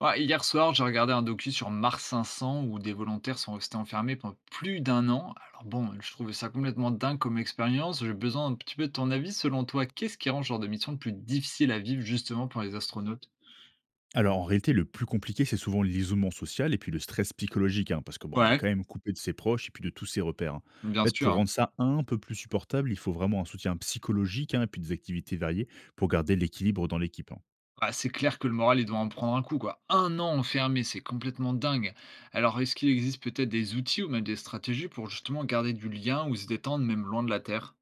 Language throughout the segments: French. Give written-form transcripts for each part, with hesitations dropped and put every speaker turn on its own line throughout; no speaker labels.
Ouais, hier soir, j'ai regardé un docu sur Mars 500 où des volontaires sont restés enfermés pendant plus d'un an. Alors bon, je trouvais ça complètement dingue comme expérience. J'ai besoin un petit peu de ton avis. Selon toi, qu'est-ce qui rend ce genre de mission le plus difficile à vivre justement pour les astronautes?
Alors en réalité, le plus compliqué, c'est souvent l'isolement social et puis le stress psychologique, hein, parce que bon, on est
Ouais,
quand même coupé de ses proches et puis de tous ses repères. Hein. En
bien
fait, pour
sûr.
rendre ça un peu plus supportable, il faut vraiment un soutien psychologique hein, et puis des activités variées pour garder l'équilibre dans l'équipe. Hein.
Bah, c'est clair que le moral, il doit en prendre un coup, quoi. Un an enfermé, c'est complètement dingue. Alors, est-ce qu'il existe peut-être des outils ou même des stratégies pour justement garder du lien ou se détendre même loin de la Terre?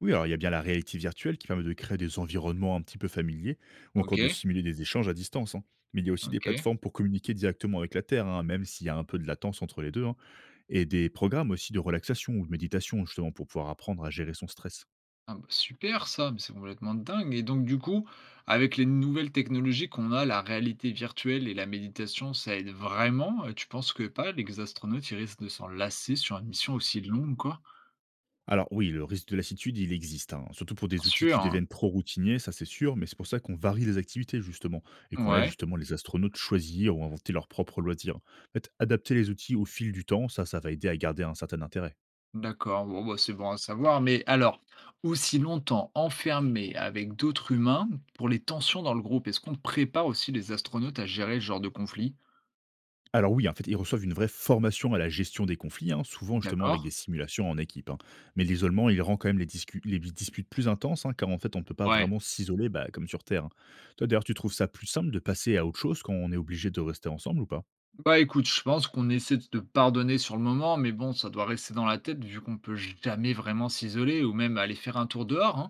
Oui, alors il y a bien la réalité virtuelle qui permet de créer des environnements un petit peu familiers ou
Ok,
encore de simuler des échanges à distance. Hein. Mais il y a aussi des
ok.
plateformes pour communiquer directement avec la Terre, hein, même s'il y a un peu de latence entre les deux, hein, et des programmes aussi de relaxation ou de méditation justement pour pouvoir apprendre à gérer son stress.
Ah bah, super ça, mais c'est complètement dingue. Et donc du coup, avec les nouvelles technologies qu'on a, la réalité virtuelle et la méditation, ça aide vraiment? Et tu penses que pas, les astronautes, ils risquent de s'en lasser sur une mission aussi longue, quoi?
Alors oui, le risque de lassitude, il existe, hein, surtout pour
Bien
des outils
sûr,
qui
hein.
deviennent trop routiniers, ça c'est sûr, mais c'est pour ça qu'on varie les activités justement, et qu'on laisse
Ouais,
justement les astronautes choisir ou inventer leurs propres loisirs. En fait, adapter les outils au fil du temps, ça va aider à garder un certain intérêt.
d'accord. Bon, bah, c'est bon à savoir. Mais alors, aussi longtemps enfermés avec d'autres humains, pour les tensions dans le groupe, est-ce qu'on prépare aussi les astronautes à gérer ce genre de conflit?
Alors oui, en fait, ils reçoivent une vraie formation à la gestion des conflits, hein, souvent justement
D'accord?
avec des simulations en équipe. Hein. Mais l'isolement, il rend quand même les disputes plus intenses, hein, car en fait, on ne peut pas
Ouais.
vraiment s'isoler bah, comme sur Terre. Hein. Toi, d'ailleurs, tu trouves ça plus simple de passer à autre chose quand on est obligé de rester ensemble ou pas?
Bah, écoute, je pense qu'on essaie de pardonner sur le moment, mais bon, ça doit rester dans la tête vu qu'on peut jamais vraiment s'isoler ou même aller faire un tour dehors, hein.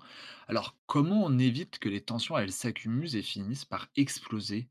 Alors, comment on évite que les tensions, elles s'accumulent et finissent par exploser?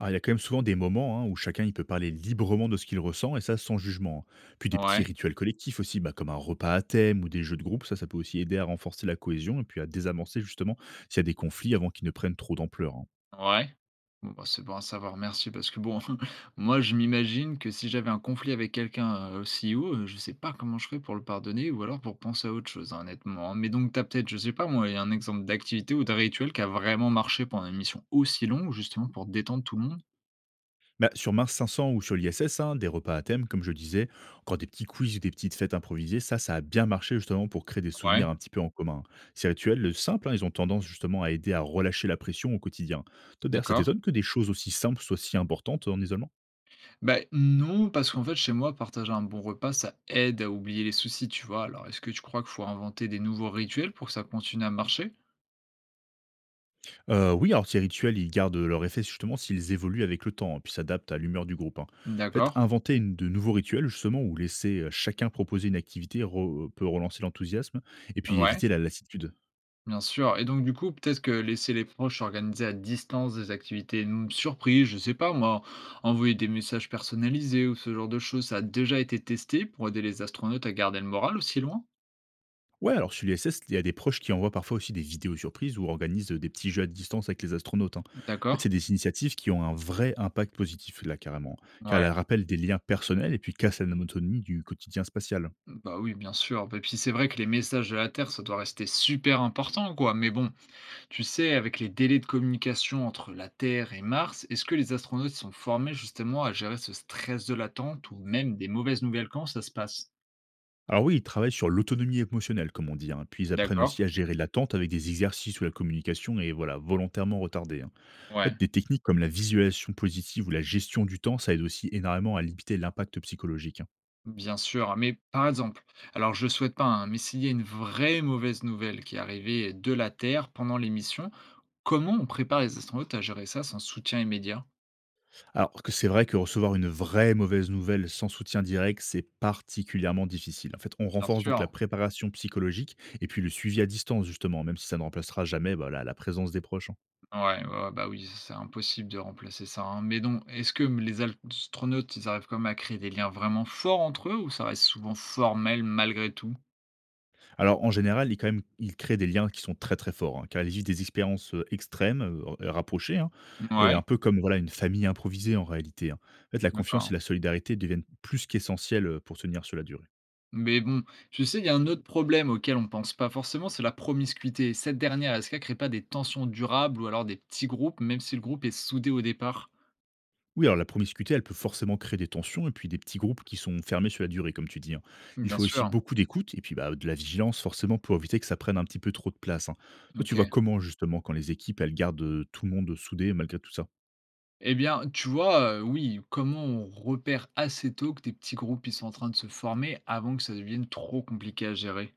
Ah, il y a quand même souvent des moments hein, où chacun il peut parler librement de ce qu'il ressent et ça sans jugement. Hein. Puis des petits
Ouais,
rituels collectifs aussi, bah, comme un repas à thème ou des jeux de groupe, ça peut aussi aider à renforcer la cohésion et puis à désamorcer justement s'il y a des conflits avant qu'ils ne prennent trop d'ampleur. Hein.
ouais. Bon, bah, c'est bon à savoir, merci, parce que bon, moi, je m'imagine que si j'avais un conflit avec quelqu'un, aussi haut, je sais pas comment je ferais pour le pardonner ou alors pour penser à autre chose, hein, honnêtement, hein. Mais donc t'as peut-être, je sais pas moi, un exemple d'activité ou d'un rituel qui a vraiment marché pendant une mission aussi longue justement pour détendre tout le monde?
Bah, sur Mars 500 ou sur l'ISS, hein, des repas à thème, comme je disais, encore des petits quiz ou des petites fêtes improvisées, ça a bien marché justement pour créer des
Ouais,
souvenirs un petit peu en commun. Ces rituels le simples, hein, ils ont tendance justement à aider à relâcher la pression au quotidien. Toi, d'ailleurs, ça
d'accord.
t'étonne que des choses aussi simples soient si importantes en isolement?
Bah, non, parce qu'en fait, chez moi, partager un bon repas, ça aide à oublier les soucis, tu vois. Alors, est-ce que tu crois qu'il faut inventer des nouveaux rituels pour que ça continue à marcher?
Oui, alors ces rituels, ils gardent leur effet justement s'ils évoluent avec le temps, hein, puis s'adaptent à l'humeur du groupe, hein. En fait,
D'accord.
inventer une de nouveaux rituels justement ou laisser, chacun proposer une activité re peut relancer l'enthousiasme et puis
Ouais,
éviter la lassitude.
bien sûr. Et donc, du coup, peut-être que laisser les proches organiser à distance des activités mm, surprises, je sais pas, moi, envoyer des messages personnalisés ou ce genre de choses, ça a déjà été testé pour aider les astronautes à garder le moral aussi loin?
Ouais, alors sur l'ISS, il y a des proches qui envoient parfois aussi des vidéos surprises ou organisent, des petits jeux à distance avec les astronautes, hein. En fait,
D'accord.
c'est des initiatives qui ont un vrai impact positif là, carrément, car
Ouais.
elles rappellent des liens personnels et puis cassent la monotonie du quotidien spatial.
Bah oui, bien sûr. Et puis c'est vrai que les messages de la Terre, ça doit rester super important, quoi. Mais bon, tu sais, avec les délais de communication entre la Terre et Mars, est-ce que les astronautes sont formés justement à gérer ce stress de l'attente ou même des mauvaises nouvelles quand ça se passe?
Alors oui, ils travaillent sur l'autonomie émotionnelle, comme on dit, hein. Puis ils apprennent
D'accord?
aussi à gérer l'attente avec des exercices où la communication est voilà, volontairement retardée. Hein. En
Ouais,
fait, des techniques comme la visualisation positive ou la gestion du temps, ça aide aussi énormément à limiter l'impact psychologique. Hein.
bien sûr, hein. Mais par exemple, alors je souhaite pas, hein, mais s'il y a une vraie mauvaise nouvelle qui est arrivée de la Terre pendant les missions, comment on prépare les astronautes à gérer ça sans soutien immédiat?
Alors que c'est vrai que recevoir une vraie mauvaise nouvelle sans soutien direct, c'est particulièrement difficile. En fait, on
Bien
renforce donc
sûr.
la préparation psychologique et puis le suivi à distance, justement, même si ça ne remplacera jamais bah, la présence des proches. Hein.
Ouais, ouais, ouais, bah oui, c'est impossible de remplacer ça, hein. Mais donc, est-ce que les astronautes, ils arrivent quand même à créer des liens vraiment forts entre eux ou ça reste souvent formel malgré tout?
Alors en général, ils quand même ils créent des liens qui sont très, très forts, hein, car ils vivent des expériences, extrêmes, rapprochées, hein, et un
Ouais,
peu comme, voilà, une famille improvisée en réalité, hein. En fait, la confiance
d'accord.
et la solidarité deviennent plus qu'essentielles, pour tenir sur la durée.
Mais bon, tu sais, il y a un autre problème auquel on pense pas forcément, c'est la promiscuité. Cette dernière, est-ce qu'elle crée pas des tensions durables ou alors des petits groupes, même si le groupe est soudé au départ?
Oui, alors la promiscuité, elle peut forcément créer des tensions et puis des petits groupes qui sont fermés sur la durée, comme tu dis, hein. Il
Bien
faut aussi
sûr,
beaucoup d'écoute et puis, bah, de la vigilance forcément pour éviter que ça prenne un petit peu trop de place, hein. Toi, tu
OK.
vois comment justement quand les équipes, elles gardent, tout le monde soudé malgré tout ça?
Eh bien, tu vois, oui, comment on repère assez tôt que des petits groupes, ils sont en train de se former avant que ça devienne trop compliqué à gérer?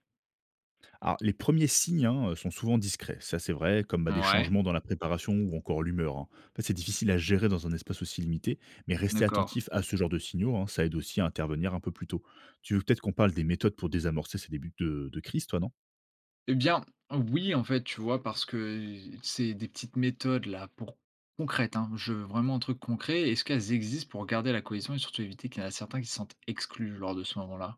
Alors, les premiers signes hein, sont souvent discrets, ça c'est vrai, comme bah, des
Ouais,
changements dans la préparation ou encore l'humeur. Hein. En fait, c'est difficile à gérer dans un espace aussi limité, mais rester
d'accord.
attentif à ce genre de signaux, hein, ça aide aussi à intervenir un peu plus tôt. Tu veux peut-être qu'on parle des méthodes pour désamorcer ces débuts de crise, toi, non?
Eh bien, oui, en fait, tu vois, parce que c'est des petites méthodes là pour concrètes, hein, je veux vraiment un truc concret. Est-ce qu'elles existent pour garder la cohésion et surtout éviter qu'il y en a certains qui se sentent exclus lors de ce moment-là?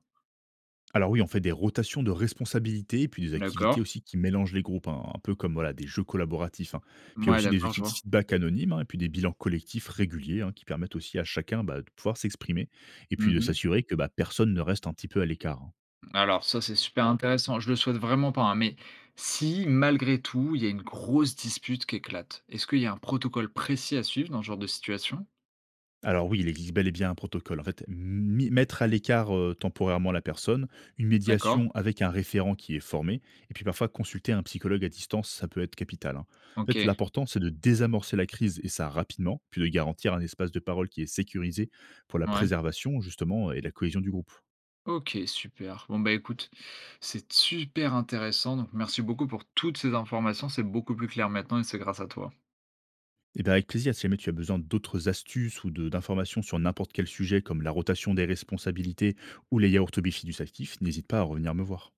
Alors oui, on fait des rotations de responsabilités, et puis des
D'accord.
activités aussi qui mélangent les groupes, hein, un peu comme voilà, des jeux collaboratifs. Hein. Puis il y a
Ouais,
aussi des
d'accord, je
outils de
vois.
feedback anonymes, hein, et puis des bilans collectifs réguliers, hein, qui permettent aussi à chacun bah, de pouvoir s'exprimer, et puis de
Mhm.
s'assurer que bah, personne ne reste un petit peu à l'écart. Hein.
Alors, ça, c'est super intéressant. Je le souhaite vraiment pas, hein, mais si malgré tout, il y a une grosse dispute qui éclate, est-ce qu'il y a un protocole précis à suivre dans ce genre de situation?
Alors oui, il existe bel et bien un protocole. En fait, mettre à l'écart temporairement la personne, une
D'accord.
médiation avec un référent qui est formé, et puis parfois consulter un psychologue à distance, ça peut être capital. Hein. En
Ok.
fait, l'important, c'est de désamorcer la crise, et ça rapidement, puis de garantir un espace de parole qui est sécurisé pour la
Ouais.
préservation, justement, et la cohésion du groupe.
OK, super. Bon, bah, écoute, c'est super intéressant, donc merci beaucoup pour toutes ces informations, c'est beaucoup plus clair maintenant et c'est grâce à toi.
Eh bien avec plaisir, si jamais tu as besoin d'autres astuces ou d'informations sur n'importe quel sujet, comme la rotation des responsabilités ou les yaourts au Bifi du actif, n'hésite pas à revenir me voir.